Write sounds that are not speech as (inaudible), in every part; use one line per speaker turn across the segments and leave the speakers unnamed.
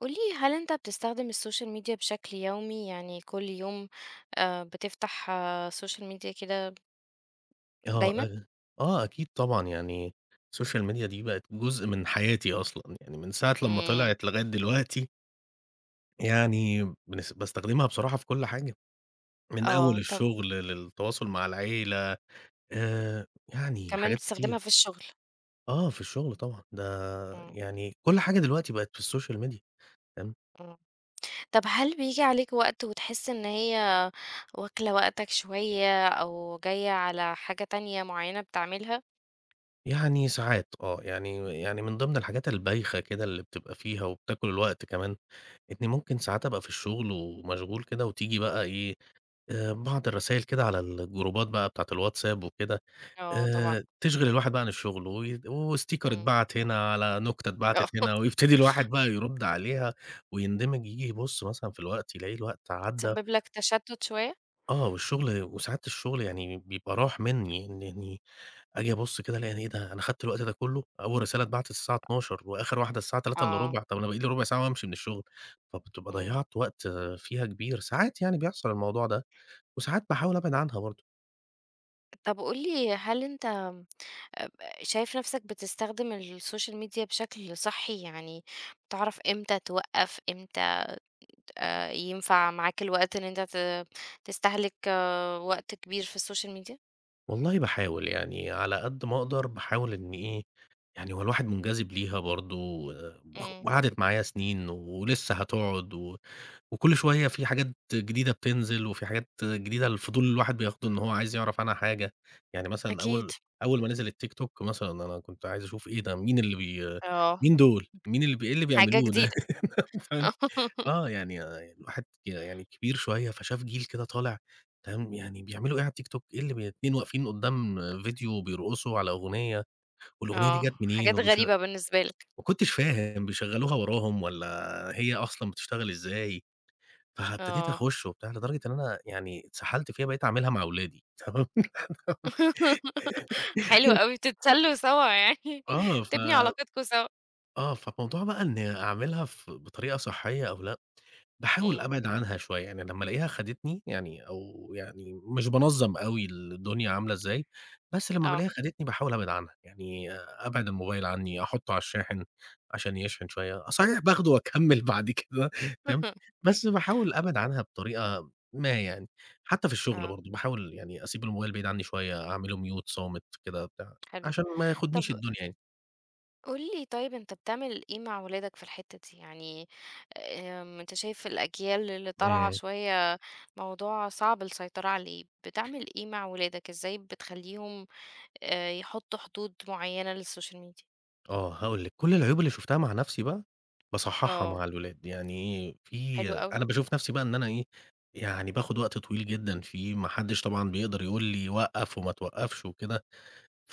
قولي هل انت بتستخدم السوشيال ميديا بشكل يومي، يعني كل يوم؟ آه، بتفتح السوشيال ميديا كده؟
آه،
دايما.
أ آه أكيد طبعًا، يعني السوشيال ميديا دي بقت جزء من حياتي أصلًا، يعني من ساعة لمّا
امم.
طلعت لغاية دلوقتي يعني بنس باستخدمها بصراحة في كل حاجة، من
اه،
أول
طب.
الشغل للتواصل مع العيلة، آآ يعني
كمان
حاجات
بتستخدمها في
كتير.
الشغل؟
آه، في الشغل طبعًا، ده
مم.
يعني كل حاجة دلوقتي بقت في السوشيال ميديا، تمام،
مم. طب هل بيجي عليك وقت وتحس ان هي واكلة وقتك شوية او جاية على حاجة تانية معينة بتعملها؟
يعني ساعات آه، يعني من ضمن الحاجات البايخة كده اللي بتبقى فيها وبتاكل الوقت كمان، إني ممكن ساعات أبقى في الشغل ومشغول كده وتيجي بقى إيه بعض الرسايل كده على الجروبات بقى بتاعة الواتساب وكده،
اه، طبعا.
تشغِل الواحد بقى عن الشغل، ويد وsticker
مم.
اتبعت هنا، على نكتة
اه،
اتبعتت هنا، (laughs) ويبتدي الواحد بقى يرُد عليها ويندمج، ييجي يبُص مثلًا في الوقت يلاقي الوقت عدّى
تسبب لك تشتت شوية.
آه، والشغل وساعات الشغل يعني بيبقى راح منّي، إن يعني آجي أبُص كده ألاقي إيه ده أنا خدت الوقت ده كُلّه! أول رسالة اتبعتت الساعة 12:00 وآخر واحدة الساعة
اه.
15:15، طب أنا باقي لي رُبع ساعة وأمشي من الشغل، فبتبقى
مم.
ضيّعت وقت آه، فيها كبير، ساعات يعني بيحصل الموضوع ده، وساعات باحاول أبعد عنها برضه.
طب قولي، هل انت أب شايف نَفْسك بتستخدم السوشيال ميديا بشكل صحّي؟ يعني بتعرف إمتى توقّف، إمتى ينفع معاك الوقت إن أنت تستهلك وقت كبير في السوشيال ميديا؟
والله باحاول، يعني على قد ما أقدر باحاول إن إيه، يعني هو الواحد منجذب ليها برضه
إمم.
وقعدت معايا سنين ولسه هتقعد وكل شوية في حاجات جديدة بتنزل وفي حاجات جديدة الفضول الواحد بياخده إن هو عايز يعرف عنها حاجة، يعني مثلًا
أكيد.
أول ما نزل التيك توك مثلًا أنا كنت عايز أشوف إيه ده،
آه،
مين دول، مين اللي بي إيه اللي
حاجة
بيعملوه ده،
جديدة.
(laughs) فاهم؟ آه،
(laughs)
يعني آه، الواحد يعني كبير شوية، فشاف جيل كده طالع تمام، يعني بيعملوا إيه على التيك توك، إيه اللي بي 2 واقفين قدّام فيديو بيرقصوا على أغنية، والأغنية دي
آه،
جات منين
حاجات غريبة بالنسبة لك.
ما كنتش فاهم بيشغّلوها وراهم والّا هي أصلًا بتشتغل إزاي، فابتديت
آه.
أخُش وبتاع لدرجة إن أنا يعني اتسحلت فيها بقيت أعملها مع ولادي تمام. (laughs)
(laughs) حلو أوي، بتتسلّوا سوا يعني،
آه،
(laughs)
ف
تبني علاقتكم سوا.
آه، فموضوع بقى إني أعملها بطريقة صحّية أو لأ، باحاول
إمم.
أبعد عنها شوية، يعني لمّا ألاقيها خدتني يعني أو يعني مش بانظّم أوي الدنيا عاملة إزاي، بس لمّا
آه.
بالاقيها خدتني باحاول أبعد عنها، يعني أبعد الموبايل عني، أحطه على الشاحن عشان يشحن شوية، صحيح باخده وأكمّل (laughs) بعد كده تمام،
(laughs)
بس باحاول أبعد عنها بطريقة ما يعني، حتى في الشغل
آه،
برضه باحاول يعني أسيب الموبايل بعيد عني شوية، أعمله mute صامت كده بتاع،
حلو.
عشان ما
طَب
ياخدنيش الدنيا يعني.
قُل لي، طيب أنت بتعمل إيه مع ولادك في الحتّة دي؟ يعني أنت شايف الأجيال اللي طالعة
إمم.
شوية موضوع صعب السيطرة عليه، بتعمل إيه مع ولادك؟ إزاي بتخلّيهم يحطّوا حدود معيّنة للسوشيال ميديا؟
آه، هاقول لِك، كل العيوب اللي شُفتها مع نَفْسي بقى، باصحّحها
آه،
مع الولاد، يعني إيه، في
حلو أوي.
أنا باشوف نَفْسي بقى إن أنا إيه، يعني باخُد وقت طويل جدًا فيه، ما حدّش طبعًا بيقدر يقول لي وقّف وما توقّفش وكده،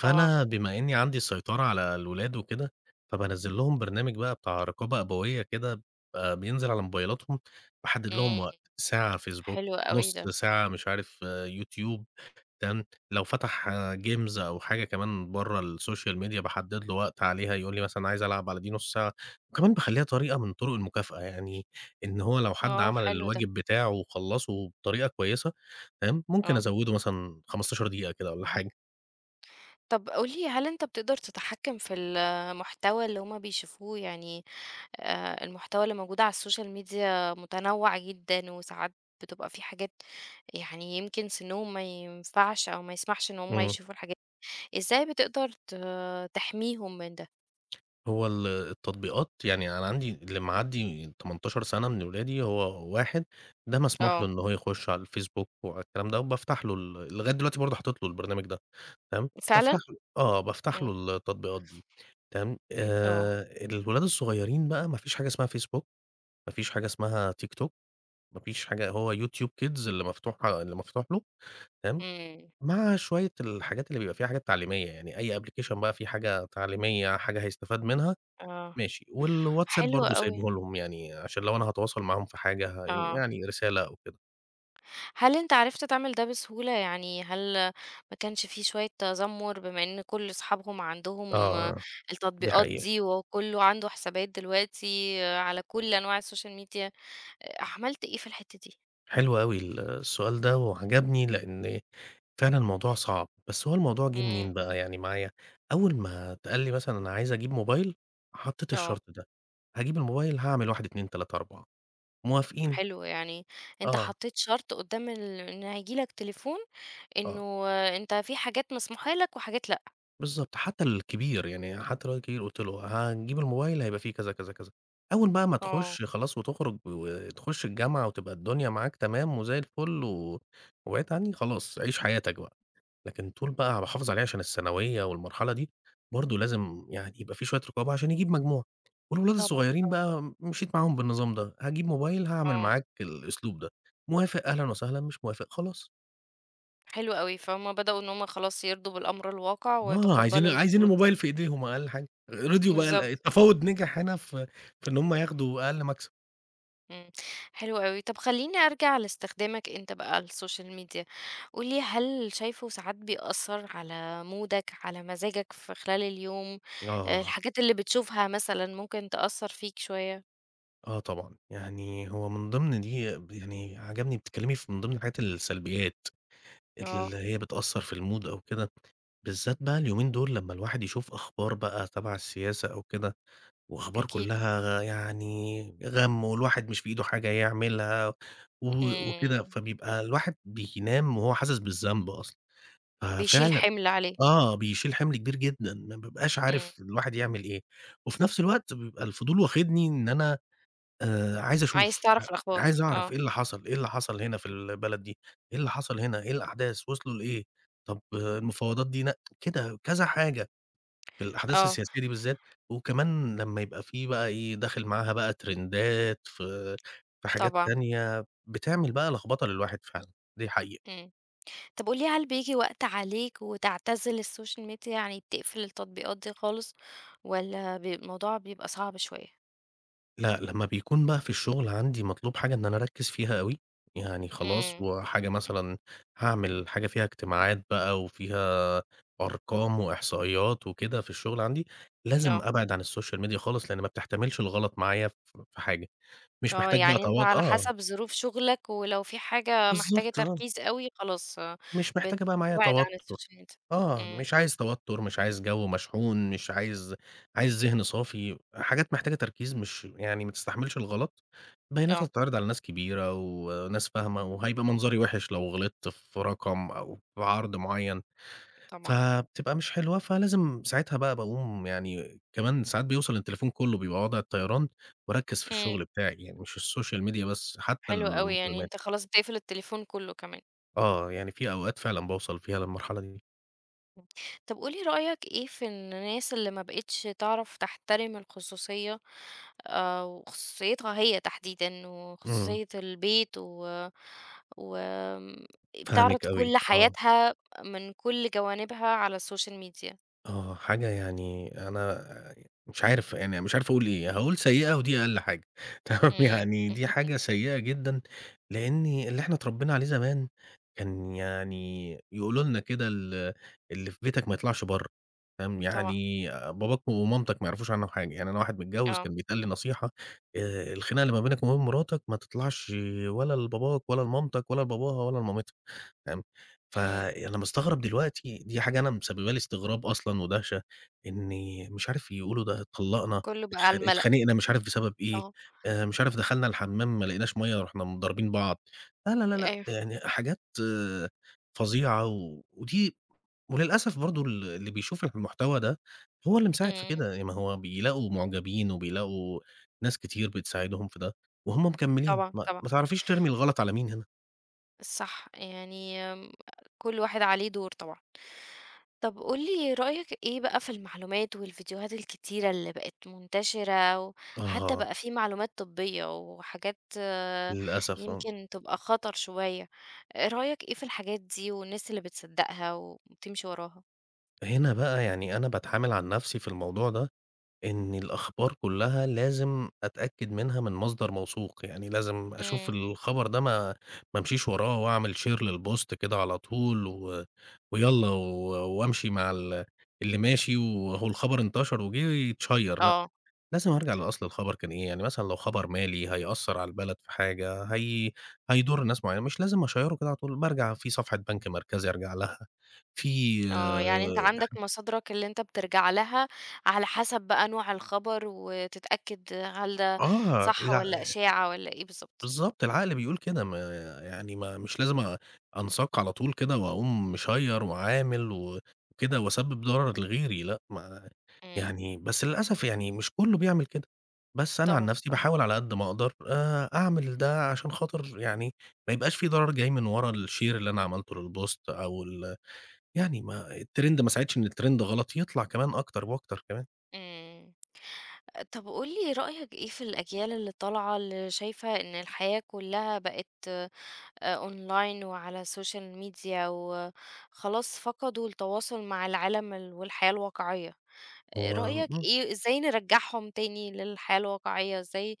طبعًا.
بما إنّي عندي السيطرة على الولاد وكده، فبانزّل لهم برنامج بقى بتاع رقابة أبوية كده، بيبقى بينزل على موبايلاتهم، باحدّد لهم
إمم.
وقت، ساعة فيسبوك،
حلو أوي
نُص
ده.
ساعة مش عارف آه، يوتيوب. كان لو فتح games أو حاجة كمان برّه السوشيال ميديا باحدد له وقت عليها، يقول لي مثلًا عايز ألعب على دي نُص ساعة، وكمان باخلّيها طريقة من طرق المكافأة، يعني إن هو لو حد
آه،
عمل
حلو ده.
الواجب بتاعه وخلّصه بطريقة كويسة تمام، ممكن
آه.
أزوّده مثلًا 15 دقيقة كده والّا حاجة.
طَب قُل لي، هل أنت بتقدر تتحكّم في المحتوى اللي هُم بيشوفوه؟ يعني المحتوى اللي موجود على السوشيال ميديا متنوع جدًا، وساعات بتبقى في حاجات، يعني يمكن سنهم ما ينفعش أو ما يسمحش إن هم
إمم.
يشوفوا الحاجات. إزاي بتقدر تحميهم من ده؟
هو ال التطبيقات يعني أنا عندي اللي معدّي 18 سنة من ولادي هو واحد، ده مسموح له
آه.
إن هو يخش على الفيسبوك وعلى الكلام ده، وبافتح له لغاية دلوقتي برضه حاطط له البرنامج ده. تمام،
فعلًا؟
بافتح له آه، بافتح
إمم.
له التطبيقات دي، تمام،
آه.
الولاد الصغيرين بقى ما فيش حاجة اسمها فيسبوك، ما فيش حاجة اسمها تيك توك، ما فيش حاجة هو يوتيوب كيدز اللي مفتوح له، تمام،
إمم.
مع شوية الحاجات اللي بيبقى فيها حاجات تعليمية، يعني أي application بقى فيه حاجة تعليمية، حاجة هيستفاد منها،
آه.
ماشي، والواتساب
حلو
برضه
أوي.
سايبه لهم يعني، عشان لو أنا هاتواصل معاهم في حاجة
آه.
يعني رسالة أو كده.
هل أنت عرفت تعمل ده بسهولة؟ يعني هل ما كانش في شوية تذمُّر بما إن كل أصحابهم عندهم
آه، دي
التطبيقات
حقيقة.
دي، وكُلّه عنده حسابات دلوقتي على كل أنواع الsocial media؟ عملت إيه في الحتّة دي؟
حلو أوي السؤال ده وعجبني لإن فعلًا الموضوع صعب، بس هو الموضوع جِه
إمم.
منين بقى يعني معايا، أول ما اتقال لي مثلًا أنا عايز أجيب موبايل، حطيت
آه.
الشرط ده، هاجيب الموبايل هاعمل 1، 2، 3، 4 موافقين؟
حلو، يعني أنت
آه،
حطّيت شرط قدّام إن هييجي لك تليفون،
آه،
إنه أنت في حاجات مسموحة لك وحاجات لأ.
بالضبط، حتى الكبير يعني حتى لو الكبير قُلت له هنجيب الموبايل هيبقى فيه كذا، كذا، كذا، أول بقى ما
آه.
تخش خلاص وتخرج وتخش الجامعة وتبقى الدنيا معاك تمام وزي الفل وبعيد عني خلاص عيش حياتك بقى. لكن طول بقى باحافظ عليه عشان الثانوية والمرحلة دي، برضه لازم يعني يبقى في شوية رقابة عشان يجيب مجموع، والولاد
طبعًا.
الصغيرين
آه.
بقى مشيت معاهم بالنظام ده، هاجيب موبايل هاعمل
آه.
معاك الأسلوب ده، موافق أهلًا وسهلًا، مش موافق خلاص.
حلو أوي، فهُم بدأوا إن هُم خلاص يرضوا بالأمر الواقع
آه، عايزين
ويتقبّلوا
عايزين
الشروط
الموبايل
دي.
في إيديهم أقل حاجة، رضيوا بقى
بالضبط.
التفاوض نجح هنا في إن هُم ياخدوا أقل مكسب.
إمم. حلو أوي. طب خلّيني أرجع لاستخدامك أنت بقى للسوشيال ميديا. قُل لي، هل شايفه ساعات بيأثّر على مودك، على مزاجك في خلال اليوم؟
آه،
الحاجات اللي بتشوفها مثلًا ممكن تأثّر فيك شوية؟
آه طبعًا، يعني هو من ضمن دي يعني عجبني بتتكلمي في من ضمن الحاجات السلبيات.
آه.
اللي هي بتأثّر في الmood أو كده، بالذات بقى اليومين دول لمّا الواحد يشوف أخبار بقى تبع السياسة أو كده، وأخبار
أكيد.
كلّها يعني غَم والواحد مش في إيده حاجة يعملها و وكده،
إمم.
فبيبقى الواحد بينام وهو حاسس بالذنب أصلًا،
بيشيل
ففعلًا
حِمل عليه.
آه، بيشيل حِمل كبير جدًا، ما بابقاش
إمم.
عارف الواحد يعمل إيه، وفي نفْس الوقت بيبقى الفضول واخدني إن أنا عايز
عايز
أشوف، ع
تعرف الأخبار.
عايز أعرف
آه.
إيه اللي حصل، إيه اللي حصل هنا في البلد دي، إيه اللي حصل هنا، إيه الأحداث، وصلوا لإيه، طب المفاوضات دي ن كده كذا حاجة في الأحداث
آه.
السياسية دي بالذات، وكمان لمّا يبقى في بقى إيه، داخل معاها بقى ترندات في حاجات
طبعًا.
تانية، بتعمل بقى لخبطة للواحد فعلًا، دي حقيقة.
إمم. طب قُل لي، هل بييجي وقت عليك وتعتزل السوشيال ميديا؟ يعني بتقفل التطبيقات دي خالص، والّا الموضوع بيبقى صعب شوية؟
لأ، لمّا بيكون بقى في الشغل عندي مطلوب حاجة إن أنا أركّز فيها أوي، يعني خلاص
إمم.
وحاجة مثلًا هاعمل حاجة فيها اجتماعات بقى وفيها أرقام وإحصائيات وكده في الشغل عندي، لازم
آه.
أبعد عن السوشيال ميديا خالص لإن ما بتحتملش الغلط معايا في حاجة، مش
آه،
محتاج بقى
يعني أنت على
آه،
حسب ظروف شغلك، ولو في حاجة محتاجة
بالضبط آه،
تركيز أوي خلاص. آه،
مش محتاجة بقى معايا
بتبعد عن
توتر.
السوشيال ميديا.
آه،
إمم.
مش عايز توتُّر، مش عايز جو مشحون، مش عايز عايز ذهن صافي، حاجات محتاجة تركيز مش يعني ما تستحملش الغلط، بياناتها
آه.
تتعرض على ناس كبيرة وناس فاهمة، وهيبقى منظري وِحِش لو غلطت في رقم أو في عرض معيّن،
طبعًا.
فبتبقى مش حلوة، فلازم ساعتها بقى باقوم يعني كمان ساعات بيوصل التليفون كلّه بيبقى وضع الطيران، وأركّز في
إمم.
الشغل بتاعي، يعني مش السوشيال ميديا بس، حتى
حلو أوي، يعني
المكالمات.
أنت خلاص بتقفل التليفون كله كمان.
آه، يعني في أوقات فعلًا باوصل فيها للمرحلة دي.
طب قُل لي رأيك إيه في الناس اللي ما بقِتش تعرف تحترم الخصوصية؟ وخصوصيتها هي تحديدًا،
إمم،
وخصوصية البيت، و وآمم، بتعرض
فاهمِك
كل
أوي، آه.
حياتها من كل جوانبها على السوشيال ميديا؟
آه، حاجة يعني أنا مش عارف أقول إيه، هاقول سيئة ودي أقل حاجة (laughs) تمام،
إمم.
يعني دي حاجة سيئة جدًا، لإن اللي إحنا اتربينا عليه زمان كان يعني يقولوا لنا كده اللي في بيتك ما يطلعش برّه، فاهم،
طبعًا.
يعني باباك ومامتك ما يعرفوش عنّه حاجة، يعني أنا واحد متجوّز
آه.
كان بيتقال لي نصيحة الخناقة اللي ما بينك وما بين مراتك ما تطلعش ولا لباباك ولا لمامتك ولا لباباها ولا لمامتها، تمام.
إمم.
فأنا مستغرب دلوقتي، دي حاجة أنا مسببة لي استغراب أصلًا ودهشة، إن مش عارف يقولوا ده اتطلّقنا،
كلّه بقى على المَلأ.
اتخانقنا مش عارف بسبب إيه،
آه.
مش عارف دخلنا الحمام ما لقيناش مَيّة رُحنا مضاربين بعض، لا، لا، لا، لأ،
أيوه.
يعني حاجات آه، فظيعة ودي وللأسف برضه اللي بيشوف المحتوى ده هو اللي مساعد في
إمم.
كده، يعني ما هو بيلاقوا معجبين وبيلاقوا ناس كتير بتساعدهم في ده وهُم مكمّلين،
طبعًا، طبعًا.
ما تعرفيش ترمي الغلط على مين هنا.
صح، يعني، كل واحد عليه دور طبعًا. طَب قُل لي رأيك إيه بقى في المعلومات والفيديوهات الكتيرة اللي بقت منتشرة، وحتى
آه،
بقى في معلومات طبية وحاجات
للأسف آه.
يمكن تبقى خطر شوية. رأيك إيه في الحاجات دي والناس اللي بتصدّقها وبتمشي وراها؟
هنا بقى يعني أنا باتعامل عن نفسي في الموضوع ده، إن الأخبار كلّها لازم أتأكد منها من مصدر موثوق، يعني لازم أشوف
إمم.
الخبر ده ما امشيش وراه وأعمل share للpost كده على طول ويالّا وأمشي مع اللي ماشي وأهو الخبر انتشر وجِه يتشيّر، لأ،
آه.
لازم أرجع لأصل الخبر كان إيه، يعني مثلًا لو خبر مالي هيأثّر على البلد في حاجة، هيضُر ناس معيّنة، مش لازم أشيّره كده على طول، بارجع في صفحة بنك مركزي أرجع لها، في
آه، يعني أنت
إمم.
عندك مصادرك اللي أنت بترجع لها على حسب بقى نوع الخبر، وتتأكد هل ده
آه،
صح
الع
والّا إشاعة والّا إيه بالضبط.
بالضبط، العقل بيقول كده ما يعني ما مش لازم أنساق على طول كده وأقوم مشيّر وعامل وكده وأسبب ضرر لغيري لأ، ما
إمم.
يعني بس للأسف يعني مش كُلّه بيعمل كده، بس أنا عن
طبعًا،
نفسي
طبعًا.
باحاول على قد ما أقدر أعمل ده عشان خاطر يعني ما يبقاش في ضرر جاي من ورا الshare اللي أنا عملته للpost أو ال يعني ما الtrend ما ساعدش إن الtrend غلط يطلع كمان أكتر وأكتر كمان،
إمم. طب قُل لي رأيك إيه في الأجيال اللي طالعة اللي شايفة إن الحياة كلّها بقت online وعلى السوشيال ميديا، وخلاص فقدوا التواصل مع العالم والحياة الواقعية؟
هو
رأيك
إمم.
إيه؟ إزاي نرجّعهم تاني للحياة الواقعية؟ إزاي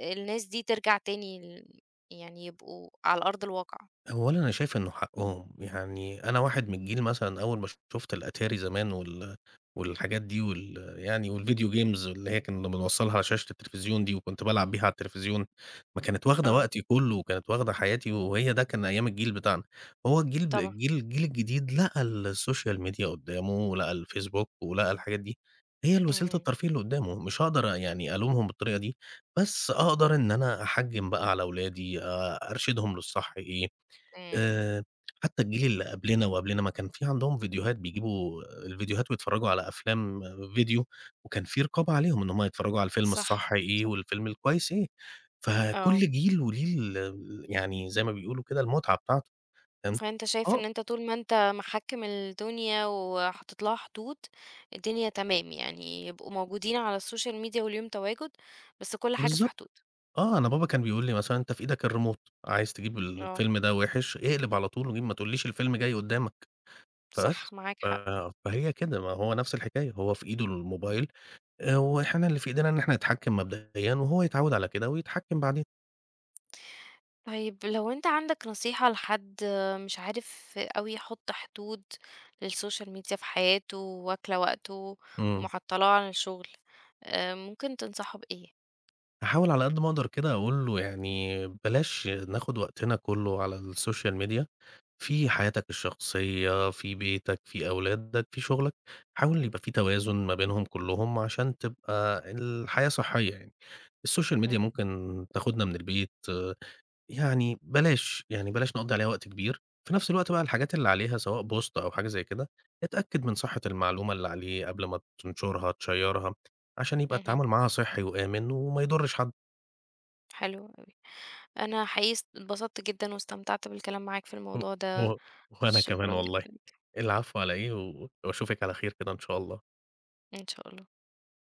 الناس دي ترجع تاني يعني يبقوا على أرض الواقع؟
أولًا أنا شايف إنه حقهم، يعني أنا واحد من الجيل مثلًا أول ما شُفت الأتاري زمان والحاجات دي والvideo games اللي هي كنا بنوصّلها على شاشة التلفزيون دي وكنت بالعب بيها على التلفزيون، ما كانت واخدة وقتي كُلّه وكانت واخدة حياتي وهي ده كان أيام الجيل بتاعنا. هو الجيل
طبعًا.
الجيل الجيل الجديد لقى السوشيال ميديا قُدّامه ولقى الفيسبوك ولقى الحاجات دي، هي ال وسيلة
إمم.
الترفيه اللي قُدّامه، مش هاقدر يعني ألومهم بالطريقة دي، بس أقدر إن أنا أحجّم بقى على ولادي، أرشدهم للصح إيه،
إمم.
آآ حتى الجيل اللي قبلنا وقبلنا ما كان في عندهم فيديوهات بيجيبوا الفيديوهات ويتفرّجوا على أفلام آه، فيديو، وكان في رقابة عليهم إن هم يتفرّجوا على الفيلم
صح،
الصح إيه
صح.
والفيلم الكويس إيه،
آه.
فكل جيل وليه ال ال يعني زي ما بيقولوا كده المتعة بتاعته، فاهم؟
فأنت شايف
آه،
إن أنت طول ما أنت محكِّم الدنيا وحاطط لها حدود، الدنيا تمام، يعني يبقوا موجودين على السوشيال ميديا وليهم تواجد، بس كل حاجة في
بالضبط،
حدود.
آه، أنا بابا كان بيقول لي مثلًا: "أنت في إيدك الريموت، عايز تجيب
آه،
الفيلم ده وِحِش، اقلب على طول وجيب ما تقوليش الفيلم جاي قدّامك."
صح،
فبس،
معاك
ف
حق.
فهي كده، ما هو نفس الحكاية، هو في إيده الموبايل وإحنا اللي في إيدينا إن إحنا نتحكّم مبدئيًا وهو يتعوّد على كده ويتحكّم بعدين.
طيب لو انت عندك نصيحة لحد مش عارف أوي يحط حدود للسوشيال ميديا في حياته، واكلة وقته
إمم.
ومعطلاه عن الشغل، ممكن تنصحه بإيه؟
هاحاول على قد ما أقدر كده أقول له يعني بلاش ناخُد وقتنا كُلّه على السوشيال ميديا، في حياتك الشخصية، في بيتك، في أولادك، في شُغلك، حاول يبقى في توازن ما بينهم كُلّهم عشان تبقى الحياة صحّية يعني. السوشيال ميديا
مم.
ممكن تاخُدنا من البيت يعني بلاش، يعني بلاش نقضّي عليها وقت كبير، في نفس الوقت بقى الحاجات اللي عليها سواء بوست أو حاجة زي كده، اتأكد من صحة المعلومة اللي عليه قبل ما تنشرها، تشيّرها، عشان يبقى
مهم.
التعامل معاها صحّي وآمن وما يضرش حد.
حلو أوي. أنا حقيقي اتبسطت جدا واستمتعت بالكلام معاك في
و
الموضوع ده.
و وأنا كمان
شكرا
والله،
جدا.
العفو على إيه، وأشوفِك على خير كده إن شاء الله.
إن شاء الله.